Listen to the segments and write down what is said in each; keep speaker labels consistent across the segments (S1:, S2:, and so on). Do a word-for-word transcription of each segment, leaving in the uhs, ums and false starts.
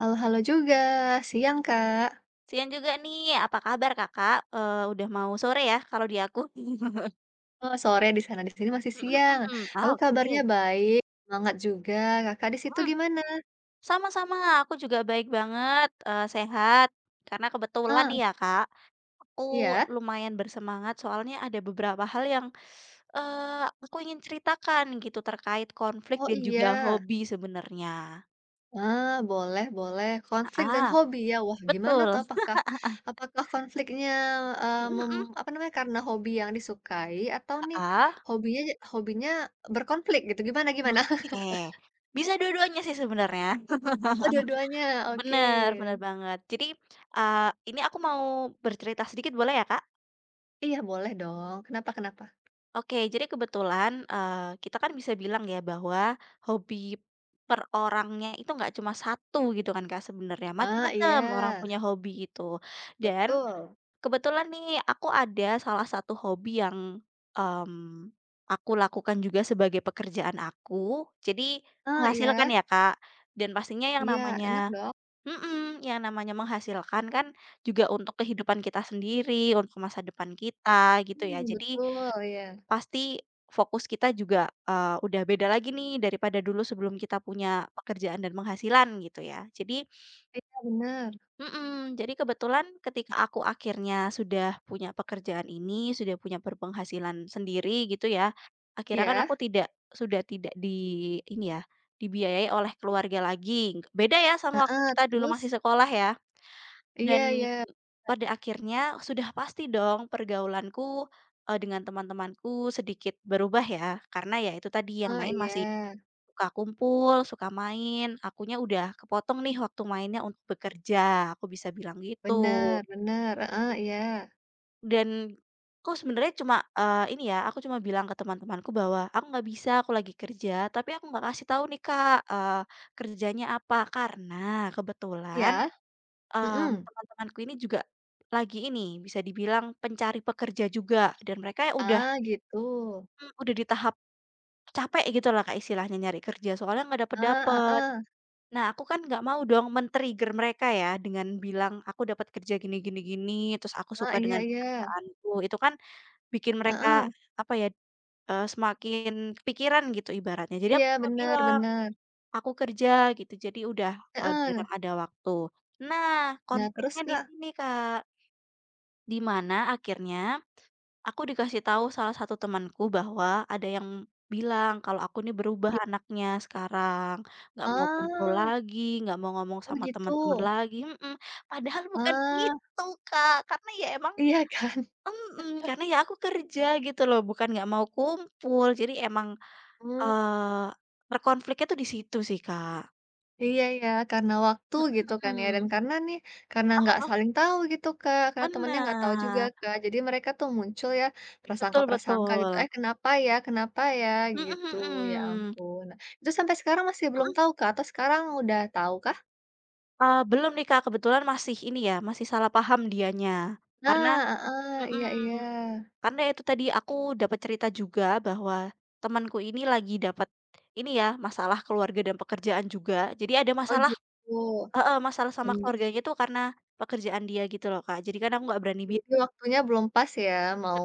S1: Halo halo juga, siang Kak.
S2: Siang juga nih, apa kabar Kakak? Eee, udah mau sore ya kalau di aku.
S1: Oh sore di sana, di sini masih
S2: Mhm
S1: siang.
S2: mhm.
S1: Aku
S2: Ah,
S1: kabarnya
S2: oke.
S1: baik, semangat juga. Kakak di situ
S2: Mhm,
S1: gimana?
S2: Sama-sama, aku juga baik banget, eee, sehat. Karena kebetulan
S1: Ah,
S2: nih ya Kak, aku
S1: iya?
S2: lumayan bersemangat soalnya ada beberapa hal yang, eee, aku ingin ceritakan gitu terkait konflik
S1: Oh
S2: dan juga
S1: iya.
S2: hobi sebenarnya.
S1: Ah, boleh boleh. Konflik dan
S2: Ah,
S1: hobi ya. Wah, gimana tuh
S2: betul.
S1: apakah apakah konfliknya
S2: Mhm
S1: eee, mem
S2: mhm,
S1: apa namanya, karena hobi yang disukai atau nih
S2: heeh,
S1: hobinya hobinya berkonflik gitu, gimana gimana?
S2: oke. Bisa dua-duanya sih sebenarnya.
S1: Oh dua-duanya, oke.
S2: Bener bener banget. Jadi, eee, ini aku mau bercerita sedikit boleh ya, Kak?
S1: Iya boleh dong, kenapa kenapa?
S2: Oke, jadi kebetulan, eee, kita kan bisa bilang ya bahwa hobi per orangnya itu nggak cuma satu gitu kan, Kak, sebenarnya,
S1: Ah,
S2: macam-macam orang
S1: iya,
S2: punya hobi itu. Dan
S1: betul.
S2: kebetulan nih aku ada salah satu hobi yang, mmm, aku lakukan juga sebagai pekerjaan aku, jadi
S1: Oh,
S2: menghasilkan
S1: iya?
S2: ya, Kak, dan pastinya yang
S1: Iya, enak
S2: namanya
S1: dong.
S2: mhm, yang namanya menghasilkan kan juga untuk kehidupan kita sendiri, untuk masa depan kita gitu ya.
S1: Mmm,
S2: Jadi
S1: betul, ya.
S2: pasti fokus kita juga, eee, udah beda lagi nih daripada dulu sebelum kita punya pekerjaan dan penghasilan gitu ya. Jadi
S1: Iya, benar.
S2: mhm, jadi kebetulan ketika aku akhirnya sudah punya pekerjaan ini, sudah punya berpenghasilan sendiri gitu ya, akhirnya kan
S1: Iya?
S2: aku tidak sudah tidak di ini ya, dibiayai oleh keluarga lagi. Beda ya sama waktu
S1: Heeh,
S2: kita dulu masih
S1: terus?
S2: sekolah ya dan
S1: Iya iya,
S2: pada akhirnya sudah pasti dong pergaulanku, eee, dengan teman-temanku sedikit berubah ya, karena ya itu tadi yang
S1: heeh,
S2: main
S1: iya.
S2: masih suka kumpul, suka main, akunya udah kepotong nih waktu mainnya untuk bekerja, aku bisa bilang gitu.
S1: Benar benar. Heeh, iya.
S2: Dan aku sebenarnya cuma, eee, ini ya, aku cuma bilang ke teman-temanku bahwa, "Aku nggak bisa, aku lagi kerja," tapi aku nggak kasih tahu nih, Kak, eee, kerjanya apa, karena kebetulan
S1: Iya?
S2: Mmm,
S1: Mhm.
S2: teman-temanku ini juga lagi ini, bisa dibilang pencari pekerja juga dan mereka ya udah
S1: Ah, gitu.
S2: Mmm. udah di tahap capek gitu lah Kak, istilahnya nyari kerja soalnya nggak
S1: Ah, ah,
S2: dapet-dapet.
S1: ah,
S2: Nah, aku kan nggak mau dong men-trigger mereka ya dengan bilang, "Aku dapat kerja gini gini gini, terus aku
S1: ah,
S2: suka
S1: iya
S2: dengan
S1: iya.
S2: pekerjaanku." Itu kan bikin mereka
S1: Heeh.
S2: apa ya, eee, semakin kepikiran gitu ibaratnya. Jadi aku
S1: Iya,
S2: cuma
S1: benar
S2: bilang,
S1: benar.
S2: "Aku kerja," gitu, jadi udah, eee,
S1: Heeh.
S2: jarang ada waktu. Nah,
S1: Nah, terus,
S2: konfliknya di
S1: Kak?
S2: sini Kak. Di mana akhirnya aku dikasih tahu salah satu temanku bahwa ada yang bilang kalau aku ini berubah
S1: Ya,
S2: anaknya sekarang, nggak mau kumpul
S1: ah,
S2: lagi, nggak mau ngomong
S1: oh
S2: sama
S1: gitu.
S2: teman-teman lagi, mhm, padahal bukan
S1: Ah,
S2: itu, Kak, karena ya emang
S1: iya kan?
S2: mhm, karena ya aku kerja gitu loh, bukan nggak mau kumpul. Jadi emang,
S1: Mmm.
S2: eee, berkonfliknya tuh di situ sih, Kak.
S1: Iya ya, karena waktu gitu kan ya, dan
S2: Mhm,
S1: karena nih, karena nggak
S2: heeh,
S1: saling tahu gitu, Kak, karena temennya nggak tahu juga,
S2: bener,
S1: Kak. Jadi mereka tuh muncul ya,
S2: betul
S1: prasangka-prasangka gitu,
S2: betul,
S1: "Eh, kenapa ya kenapa ya?"
S2: mhm
S1: Gitu, ya
S2: mhm,
S1: ampun. Nah, itu sampai sekarang masih belum
S2: mhm.
S1: tahu, Kak, atau sekarang udah tahu kah?
S2: Eee, belum nih Kak, kebetulan masih ini ya, masih salah paham dianya.
S1: Nah,
S2: Karena
S1: ah, ah, iya
S2: mhm,
S1: iya.
S2: karena itu tadi aku dapat cerita juga bahwa temanku ini lagi dapat ini ya, masalah keluarga dan pekerjaan juga. Jadi ada
S1: Oh
S2: masalah
S1: gitu,
S2: heeh, masalah sama
S1: bener sih.
S2: keluarganya tuh karena pekerjaan dia gitu loh Kak, jadi kan aku nggak berani bi
S1: Jadi waktunya belum pas ya, mau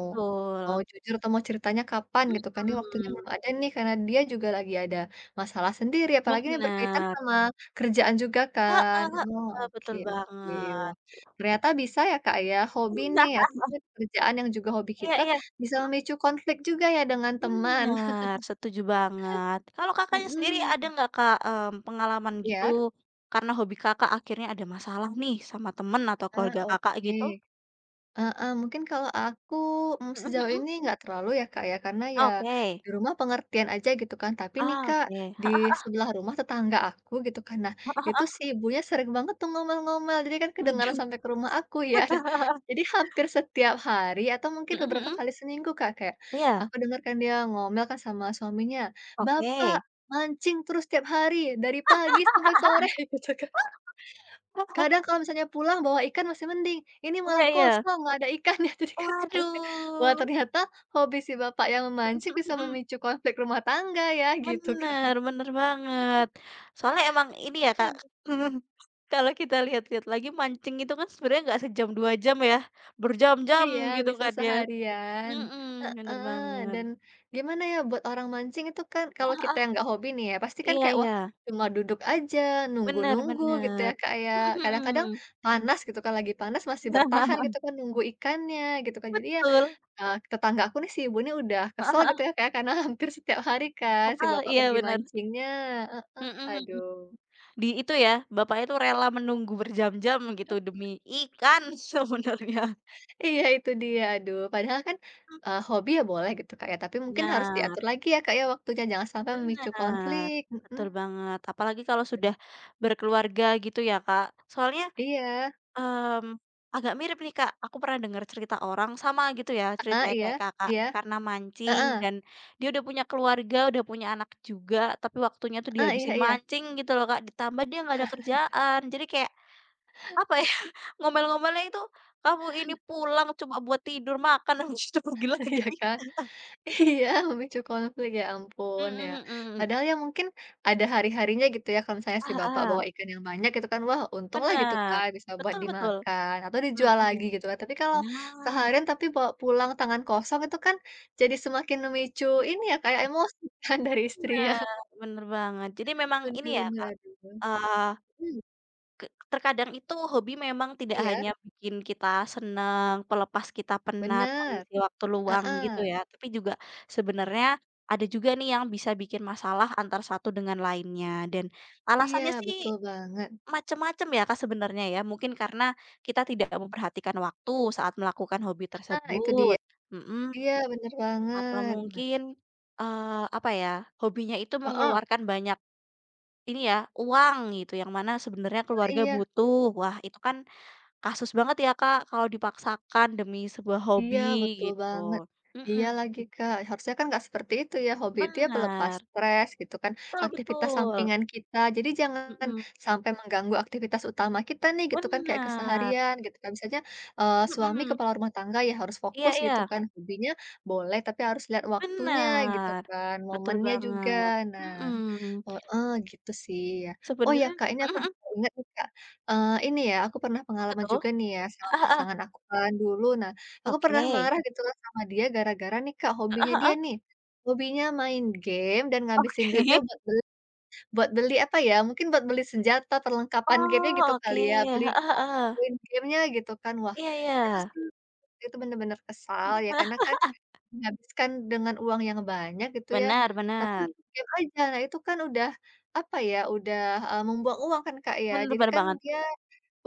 S1: mau jujur atau mau ceritanya kapan gitu kan, ini waktunya
S2: mhm,
S1: belum ada nih, karena dia juga lagi ada masalah sendiri, apalagi ini berkaitan
S2: bener,
S1: sama kerjaan juga kan.
S2: heeh
S1: Oh,
S2: heeh,
S1: oke
S2: betul
S1: oke. Wah,
S2: banget.
S1: ternyata bisa ya, Kak, ya, hobi nih atau mungkin pekerjaan yang juga hobi
S2: Iya
S1: kita,
S2: iya.
S1: bisa memicu konflik juga ya dengan teman.
S2: Bener, setuju banget. Kalau Kakaknya sendiri ada
S1: Mhm,
S2: nggak Kak, mmm, pengalaman gitu
S1: ya.
S2: karena hobi Kakak akhirnya ada masalah nih sama temen atau
S1: Ah,
S2: keluarga Kakak
S1: oke.
S2: gitu?
S1: Heeh, mungkin kalau aku, mmm,
S2: Mhm
S1: sejauh
S2: mhm.
S1: ini nggak terlalu ya, Kak, ya, karena ya
S2: Oke.
S1: di rumah pengertian aja gitu kan. Tapi nih,
S2: Ah,
S1: Kak,
S2: oke.
S1: di
S2: Heeh
S1: sebelah rumah tetangga aku gitu kan, nah
S2: heeh
S1: itu
S2: heeh.
S1: si ibunya sering banget tuh ngomel-ngomel, jadi kan kedengaran
S2: Waduh.
S1: sampai ke rumah aku ya. Nah, jadi hampir setiap hari atau mungkin
S2: Mhm
S1: beberapa
S2: mhm.
S1: kali seminggu, Kak, kayak
S2: Iya,
S1: aku dengarkan dia ngomel kan sama suaminya, "Bapak
S2: oke.
S1: mancing terus tiap hari dari pagi sampai sore," gitu kan. Kadang kalau misalnya pulang bawa ikan masih mending, ini malah
S2: Iya iya.
S1: kosong nggak ada ikannya, jadi kan takutnya, wah
S2: Waduh.
S1: ternyata hobi si Bapak yang memancing bisa memicu konflik rumah tangga ya gitu kan.
S2: Bener bener banget. Soalnya emang ini ya, Kak,
S1: Aduh,
S2: kalau kita lihat-lihat lagi mancing itu kan sebenarnya nggak sejam dua jam ya, berjam-jam
S1: iya
S2: gitu
S1: bisa
S2: kan ya.
S1: seharian,
S2: Mhm, bener
S1: heeh,
S2: banget.
S1: dan gimana ya buat orang mancing itu kan
S2: Ah
S1: kalau kita
S2: heeh,
S1: yang nggak hobi nih ya pasti kan
S2: iya
S1: kayak wah
S2: iya,
S1: cuma duduk aja
S2: bener
S1: nunggu-nunggu gitu ya
S2: bener.
S1: kayak
S2: Mhm
S1: kadang-kadang
S2: mhm.
S1: panas gitu kan lagi panas masih bertahan gitu kan nunggu ikannya gitu kan jadi ya
S2: Betul,
S1: Eee, tetangga aku nih si ibu ini udah
S2: ah
S1: kesel gitu
S2: heeh
S1: ya Kak, karena hampir setiap hari kan si
S2: heeh,
S1: bapak
S2: iya
S1: pergi
S2: bener.
S1: mancingnya, heeh,
S2: Mhm mhm.
S1: aduh.
S2: Di itu ya, bapaknya itu rela menunggu berjam-jam gitu demi ikan sebenarnya.
S1: Iya itu dia, aduh padahal kan, eee, hobi ya boleh gitu Kak ya, tapi mungkin harus
S2: Nah.
S1: diatur lagi ya Kak ya waktunya, jangan sampai memicu
S2: Benar
S1: konflik, mhm,
S2: betul banget. Apalagi kalau sudah
S1: bener.
S2: berkeluarga gitu ya, Kak. Soalnya,
S1: Iya,
S2: mmm, agak mirip nih, Kak, aku pernah dengar cerita orang sama gitu ya
S1: heeh,
S2: ceritanya
S1: iya
S2: kayak Kakak,
S1: iya,
S2: karena mancing
S1: heeh,
S2: dan dia udah punya keluarga, udah punya anak juga, tapi waktunya tuh
S1: heeh, iya
S2: dihabisin
S1: iya,
S2: mancing gitu loh, Kak, ditambah dia nggak ada kerjaan. Jadi kayak, apa ya, ngomel-ngomelnya itu, "Kamu ini pulang cuma buat tidur, makan, habis itu pergi lagi."
S1: iya kan. Iya, memicu konflik, ya ampun, ya.
S2: Mhm mhm.
S1: Padahal ya mungkin ada hari-harinya gitu ya, kalau misalnya si
S2: Ah
S1: bapak
S2: ah
S1: bawa ikan yang banyak gitu kan, wah untung lah gitu
S2: benar
S1: kan bisa buat
S2: betul betul.
S1: dimakan atau dijual
S2: Mhm.
S1: lagi gitu kan. Tapi kalau
S2: Nah,
S1: seharian tapi bawa pulang tangan kosong itu kan jadi semakin memicu
S2: iya,
S1: ini ya, kayak emosi kan dari istrinya.
S2: bener bener banget. Jadi memang ini
S1: Bener
S2: ya,
S1: bener,
S2: Kak,
S1: aduh.
S2: eee,
S1: Mhm,
S2: ke terkadang itu hobi memang tidak
S1: iya,
S2: hanya bikin kita seneng, pelepas kita penat,
S1: bener.
S2: mengisi waktu luang gitu
S1: Heeh.
S2: ya, tapi juga sebenarnya ada juga nih yang bisa bikin masalah antara satu dengan lainnya dan
S1: Iya,
S2: alasannya sih
S1: betul banget.
S2: macem-macem ya, Kak, sebenarnya ya. Mungkin karena kita tidak memperhatikan waktu saat melakukan hobi
S1: Heeh, itu dia.
S2: tersebut, mhm.
S1: Iya, bener
S2: Atau
S1: banget. Nah
S2: mungkin, eee, apa ya, hobinya itu
S1: heeh,
S2: mengeluarkan banyak ini ya, uang gitu, yang mana sebenarnya keluarga
S1: iya.
S2: butuh. Wah, itu kan kasus banget ya, Kak, kalau dipaksakan demi sebuah hobi
S1: Iya, betul
S2: gitu.
S1: banget.
S2: Mhm,
S1: Iya lagi, Kak. Harusnya kan nggak seperti itu ya, hobi itu ya pelepas
S2: bener,
S1: stres gitu kan,
S2: betul
S1: aktivitas
S2: betul,
S1: sampingan kita. Jadi jangan
S2: mhm,
S1: sampai mengganggu aktivitas utama kita nih gitu kan, kayak
S2: bener,
S1: keseharian gitu kan. Misalnya, eee, suami
S2: mhm,
S1: kepala rumah tangga ya harus
S2: iya
S1: fokus
S2: iya,
S1: gitu kan, hobinya boleh tapi harus lihat waktunya gitu
S2: benar,
S1: kan,
S2: betul
S1: momennya juga.
S2: banget,
S1: Nah
S2: mhm.
S1: oh, eh gitu sih ya. Oh ya,
S2: Sebenarnya
S1: Kak, ini
S2: mhm
S1: aku
S2: mhm,
S1: juga ingat nih, Kak, eee, ini ya, aku pernah
S2: apa
S1: pengalaman
S2: tuh?
S1: juga nih ya sama pasangan aku kan dulu. Nah aku pernah
S2: Oke,
S1: marah gitu kan sama dia gara-gara nih Kak, hobinya dia nih, hobinya main game dan ngabisin duitnya
S2: oke.
S1: buat beli buat beli apa ya, mungkin buat beli senjata, perlengkapan gamenya
S2: Oh,
S1: gitu
S2: oke,
S1: kali ya,
S2: heeh
S1: beli
S2: heeh.
S1: koin gamenya gitu kan. Wah,
S2: Iya iya.
S1: itu sih itu bener-bener kesal ya karena
S2: Heeh,
S1: kan menghabiskan dengan uang yang banyak gitu ya,
S2: benar
S1: tapi
S2: benar.
S1: untuk game aja. Nah itu kan udah, apa ya, udah, eee, membuang uang kan Kak ya,
S2: Benar
S1: jadi
S2: bener
S1: kan
S2: banget.
S1: dia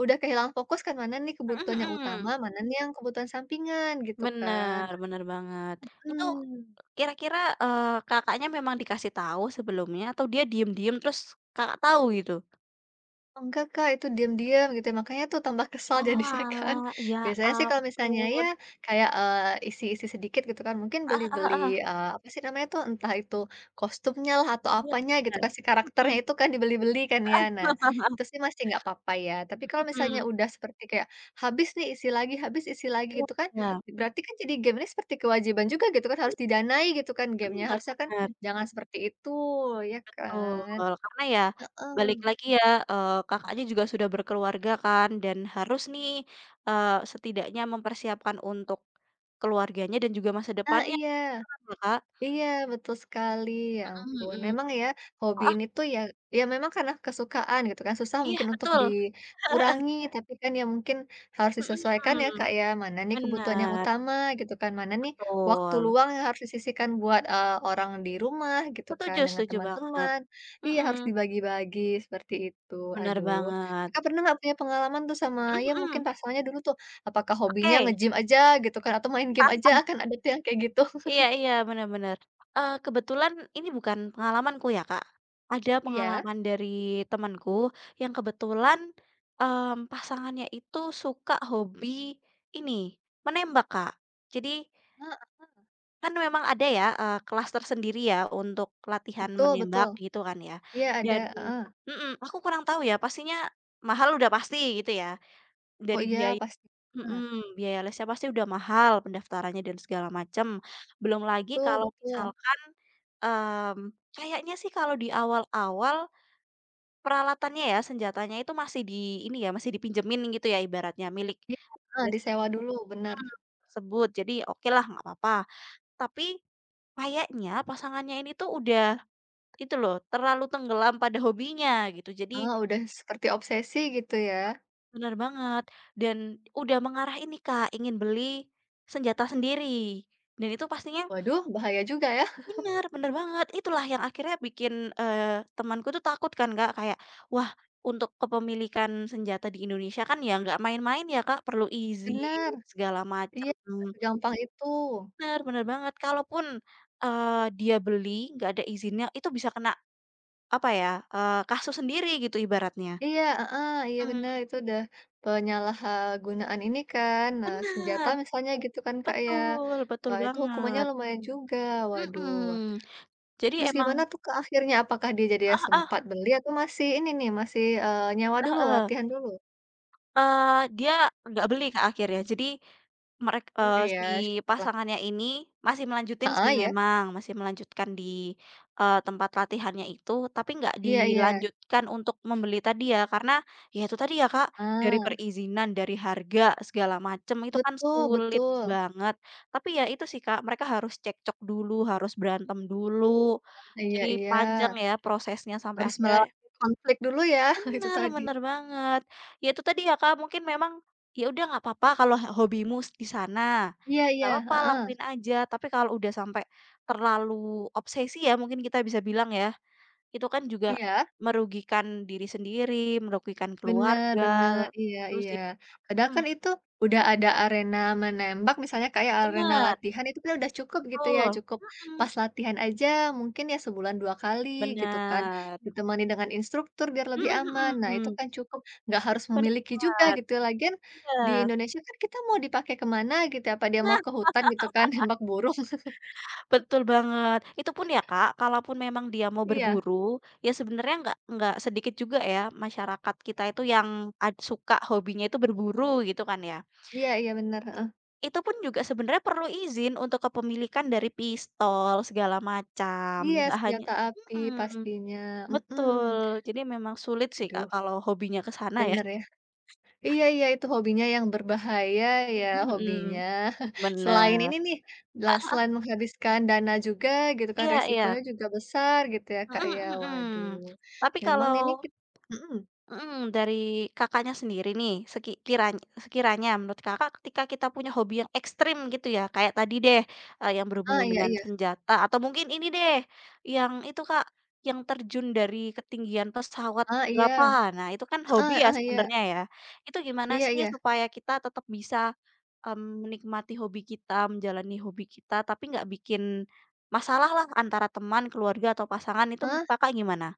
S1: udah kehilangan fokus kan, mana nih
S2: Mhm
S1: kebutuhan yang
S2: mhm.
S1: utama, mana nih yang kebutuhan sampingan gitu kan,
S2: Bener bener banget. Itu
S1: mhm.
S2: kira-kira, eee, Kakaknya memang dikasih tahu sebelumnya atau dia diem-diem terus Kakak tahu gitu?
S1: Enggak, Kak, itu diam-diam gitu ya, makanya tuh tambah kesal jadinya kan.
S2: Oalah, ya
S1: Biasanya sih kalau misalnya ya
S2: ampun.
S1: kayak, eee, isi-isi sedikit gitu kan, mungkin
S2: Ah hah
S1: beli-beli,
S2: ah
S1: eee, apa sih namanya tuh, entah itu kostumnya lah atau
S2: iya.
S1: apanya gitu kan, si karakternya
S2: Mhm.
S1: itu kan dibeli-beli kan ya. Nah, itu sih masih nggak apa-apa ya, tapi kalau misalnya
S2: Mhm.
S1: udah seperti kayak habis nih isi lagi habis isi lagi
S2: Iya
S1: gitu kan,
S2: iya.
S1: berarti kan jadi game ini seperti kewajiban juga gitu kan, harus didanai gitu kan gamenya
S2: Bener
S1: harusnya kan
S2: bener.
S1: jangan seperti itu, ya
S2: Betul,
S1: kan?
S2: karena ya balik
S1: Heeh.
S2: lagi ya, eee, Kakaknya juga sudah berkeluarga kan dan harus nih, eee, setidaknya mempersiapkan untuk keluarganya dan juga masa
S1: Nah,
S2: depannya,
S1: iya.
S2: gitu kan ya, Kak?
S1: Iya, betul sekali, ya
S2: Mhm
S1: ampun.
S2: mhm.
S1: Memang ya, hobi
S2: Heeh,
S1: ini tuh ya ya memang karena kesukaan gitu kan, susah
S2: iya
S1: mungkin untuk
S2: betul,
S1: dikurangi, tapi kan ya mungkin harus
S2: mhm
S1: disesuaikan ya
S2: mhm,
S1: Kak ya, mana nih kebutuhan yang
S2: bener,
S1: utama gitu kan, mana nih waktu
S2: betul.
S1: luang yang harus disisihkan buat, eee, orang di rumah gitu kan,
S2: Setuju
S1: dengan
S2: setuju banget,
S1: teman-teman. Iya, harus
S2: mhm,
S1: dibagi-bagi, seperti itu.
S2: bener
S1: Aduh,
S2: banget,
S1: Kakak pernah nggak punya pengalaman tuh sama
S2: mhm
S1: ya mungkin
S2: mhm,
S1: pasangannya dulu tuh, apakah hobinya
S2: oke.
S1: nge-gym aja gitu kan, atau main game aja, kan ada tuh yang kayak gitu.
S2: Iya iya, benar-benar Eee, kebetulan ini bukan pengalamanku ya, Kak. Ada
S1: Iya?
S2: pengalaman dari temanku yang kebetulan, mmm, pasangannya itu suka hobi ini, menembak, Kak. Jadi kan memang ada ya, eee, kelas tersendiri ya untuk latihan
S1: Betul
S2: menembak
S1: betul.
S2: gitu kan ya,
S1: Iya ada
S2: dan
S1: heeh.
S2: mhm, aku kurang tahu ya pastinya mahal udah pasti gitu ya,
S1: Oh
S2: dari
S1: iya
S2: biaya
S1: pastinya.
S2: mhm, biaya lesnya pasti udah mahal, pendaftarannya dan segala macam. Belum lagi
S1: Betul
S2: kalau
S1: betul.
S2: misalkan, mmm, kayaknya sih kalau di awal-awal peralatannya ya, senjatanya itu masih di ini ya, masih dipinjemin gitu ya ibaratnya milik
S1: Iya, heeh,
S2: les
S1: disewa dulu, bener.
S2: mhm, tersebut. Jadi oke lah nggak apa-apa. Tapi kayaknya pasangannya ini tuh udah itu loh, terlalu tenggelam pada hobinya gitu. Jadi
S1: Heeh, udah seperti obsesi gitu ya.
S2: benar banget dan udah mengarah ini Kak, ingin beli senjata sendiri dan itu pastinya
S1: Waduh bahaya juga ya.
S2: bener bener banget. Itulah yang akhirnya bikin, eee, temanku tuh takut kan, Kak, kayak, "Wah, untuk kepemilikan senjata di Indonesia kan ya nggak main-main ya, Kak, perlu izin
S1: Bener,
S2: segala
S1: iya
S2: macam.
S1: nggak segampang itu.
S2: Bener bener banget. Kalaupun, eee, dia beli nggak ada izinnya, itu bisa kena apa ya, eee, kasus sendiri gitu ibaratnya.
S1: Iya, heeh, iya bener
S2: Mhm,
S1: itu udah penyalahgunaan ini kan, eee, senjata
S2: bener,
S1: misalnya gitu kan, Kak, ya.
S2: betul betul
S1: Wah itu hukumannya
S2: banget.
S1: lumayan juga, waduh.
S2: Mhm. Jadi
S1: Terus
S2: emang
S1: gimana tuh, Kak, akhirnya? Apakah dia jadinya
S2: heeh
S1: sempat beli atau masih ini nih, masih, eee, nyewa dulu,
S2: heeh.
S1: latihan dulu?
S2: Eee, dia nggak beli Kak, akhirnya. Jadi merek
S1: Mmm,
S2: eee,
S1: iya
S2: si
S1: syukurlah.
S2: pasangannya ini masih melanjutin sih
S1: Heeh, iya.
S2: memang, masih melanjutkan di, eee, tempat latihannya itu, tapi nggak
S1: Iya iya.
S2: dilanjutkan untuk membeli tadi ya, karena ya itu tadi ya Kak, dari
S1: Ah,
S2: perizinan, dari harga, segala macem, itu kan
S1: betul
S2: sulit
S1: betul.
S2: banget. Tapi ya itu sih Kak, mereka harus cekcok dulu, harus berantem dulu,
S1: Iya
S2: jadi
S1: iya,
S2: panjang ya prosesnya sampai
S1: harus
S2: akhirnya
S1: melewati konflik dulu ya, itu
S2: bener
S1: tadi.
S2: bener banget. Ya itu tadi ya, Kak, mungkin memang, ya udah nggak apa-apa kalau he hobimu s- di sana,
S1: Iya
S2: nggak
S1: iya,
S2: apa-apa
S1: heeh,
S2: lakuin aja, tapi kalau udah sampai terlalu obsesi ya mungkin kita bisa bilang ya, itu kan juga
S1: iya?
S2: merugikan diri sendiri, merugikan
S1: Bener
S2: keluarga,
S1: bener, iya
S2: itu
S1: iya.
S2: sih.
S1: Padahal
S2: Mhm,
S1: kan itu udah ada arena menembak misalnya kayak arena
S2: bener,
S1: latihan itu kan udah cukup gitu ya,
S2: betul,
S1: cukup
S2: mhm,
S1: pas latihan aja mungkin ya sebulan dua kali gitu kan,
S2: bener,
S1: ditemani dengan instruktur biar lebih aman.
S2: mhm
S1: Nah
S2: mhm,
S1: itu kan cukup, nggak harus memiliki juga
S2: bener,
S1: gitu ya. Lagian di
S2: iya.
S1: Indonesia kan kita mau dipakai kemana gitu ya, apa dia mau
S2: Nah
S1: ke hutan gitu kan nembak burung.
S2: betul banget. Itu pun ya Kak, kalaupun memang dia mau
S1: Iya,
S2: berburu, ya sebenarnya nggak nggak sedikit juga ya masyarakat kita itu yang ad- suka hobinya itu berburu gitu kan ya.
S1: iya iya bener, heeh.
S2: Itu pun juga sebenarnya perlu izin untuk kepemilikan dari pistol segala macam,
S1: Iya
S2: nggak hanya
S1: senjata api
S2: mhm,
S1: pastinya, mhm.
S2: betul. Jadi memang sulit sih Kak
S1: Aduh,
S2: kalau hobinya ke sana ya.
S1: bener ya. Iya iya, itu hobinya yang berbahaya ya,
S2: Mhm,
S1: hobinya.
S2: mhm.
S1: Selain
S2: Bener.
S1: ini nih, lah selain menghabiskan dana juga gitu kan,
S2: Iya iya.
S1: resikonya juga besar gitu ya, Kak,
S2: Mhm,
S1: ya.
S2: mhm.
S1: Waduh,
S2: Tapi
S1: memang ini
S2: kalau
S1: kit mhm,
S2: mhm, dari Kakaknya sendiri nih, sekiranya sekiranya menurut Kakak ketika kita punya hobi yang ekstrim gitu ya, kayak tadi deh, eee, yang berhubungan
S1: iya
S2: dengan
S1: iya,
S2: senjata atau mungkin ini deh, yang itu Kak, yang terjun dari ketinggian pesawat
S1: ah
S2: berapa,
S1: iya,
S2: nah itu kan hobi
S1: ah
S2: ya
S1: ah iya,
S2: sebenarnya ya. Itu gimana
S1: iya
S2: sih
S1: iya,
S2: supaya kita tetap bisa, mmm, menikmati hobi kita, menjalani hobi kita, tapi nggak bikin masalah lah antara teman, keluarga, atau pasangan itu menurut
S1: heeh?
S2: Kakak gimana?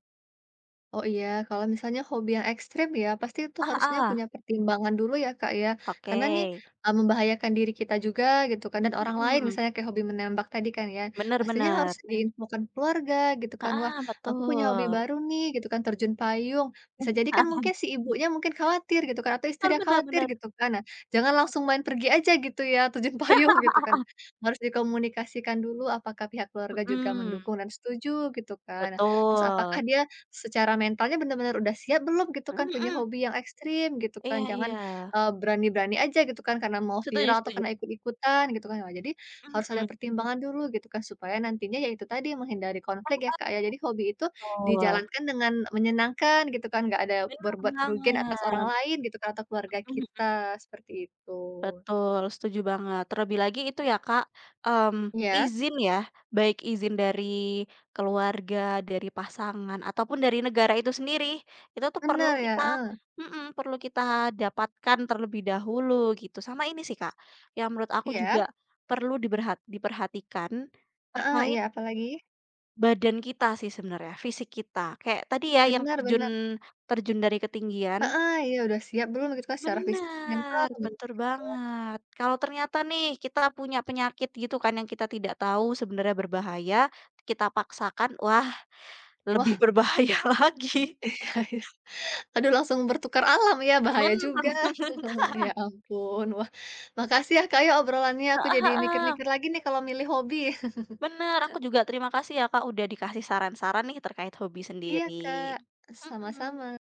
S1: Oh iya, kalau misalnya hobi yang ekstrim ya, pasti itu
S2: Ah
S1: harusnya
S2: ah
S1: punya pertimbangan dulu ya Kak ya.
S2: oke,
S1: Karena nih, eee, membahayakan diri kita juga gitu kan, dan orang lain
S2: mhm.
S1: misalnya kayak hobi menembak tadi kan ya,
S2: Bener
S1: pastinya harus
S2: bener,
S1: diinfokan keluarga gitu kan, "Wah
S2: heeh,
S1: aku punya hobi
S2: betul,
S1: baru nih," gitu kan, "terjun payung." Bisa jadi kan
S2: heeh,
S1: mungkin si ibunya mungkin khawatir gitu kan, atau
S2: bener
S1: istrinya
S2: bener
S1: khawatir
S2: bener.
S1: gitu kan. Nah, jangan langsung main pergi aja gitu ya, terjun payung gitu
S2: Mhm,
S1: kan. Harus dikomunikasikan dulu apakah pihak keluarga juga mendukung dan setuju gitu kan. Nah, terus apakah
S2: betul,
S1: dia secara mentalnya benar-benar udah siap belum gitu
S2: mhm
S1: kan, punya
S2: mhm,
S1: hobi yang ekstrim gitu
S2: iya
S1: kan,
S2: iya,
S1: jangan, eee, berani-berani aja gitu kan, karena mau
S2: setuju
S1: viral atau
S2: setuju,
S1: karena ikut-ikutan gitu kan. Wah, jadi
S2: mhm
S1: harus ada
S2: mhm,
S1: pertimbangan dulu gitu kan, supaya nantinya ya itu tadi menghindari konflik ya, Kak, ya. Jadi hobi itu
S2: betul,
S1: dijalankan dengan menyenangkan gitu kan, nggak ada
S2: bener
S1: berbuat kerugian atas orang
S2: banget,
S1: lain gitu kan, atau keluarga
S2: mhm.
S1: kita, seperti itu.
S2: Betul, setuju banget. Terlebih lagi itu ya Kak, mmm,
S1: Iya,
S2: izin ya, baik izin dari keluarga, dari pasangan, ataupun dari negara itu sendiri, itu tuh perlu
S1: benar ya,
S2: kita
S1: heeh.
S2: mhm, perlu kita dapatkan terlebih dahulu gitu. Sama ini sih Kak, yang menurut aku juga
S1: Iya,
S2: perlu diberhat diperhatikan
S1: heeh,
S2: terkait
S1: iya, apalagi?
S2: badan kita sih sebenarnya, fisik kita. Kayak tadi ya yang terjun
S1: Benar-benar
S2: terjun dari ketinggian
S1: heeh, iya udah siap belum gitu kan secara fisik, mental,
S2: benar
S1: bener.
S2: betul banget. Kalau ternyata nih kita punya penyakit gitu kan yang kita tidak tahu sebenarnya berbahaya, kita paksakan, wah lebih berbahaya lagi.
S1: Iya iya. Aduh langsung bertukar alam ya, bahaya
S2: Bener
S1: juga.
S2: banget.
S1: Ya ampun. Wah, makasih ya Kak, ya obrolannya, aku
S2: Heeh
S1: jadi
S2: heeh.
S1: mikir-mikir lagi nih kalau milih hobi.
S2: Bener, aku juga terima kasih ya Kak udah dikasih saran-saran nih terkait hobi
S1: Iya
S2: sendiri.
S1: Kak,
S2: Mhm.
S1: sama-sama.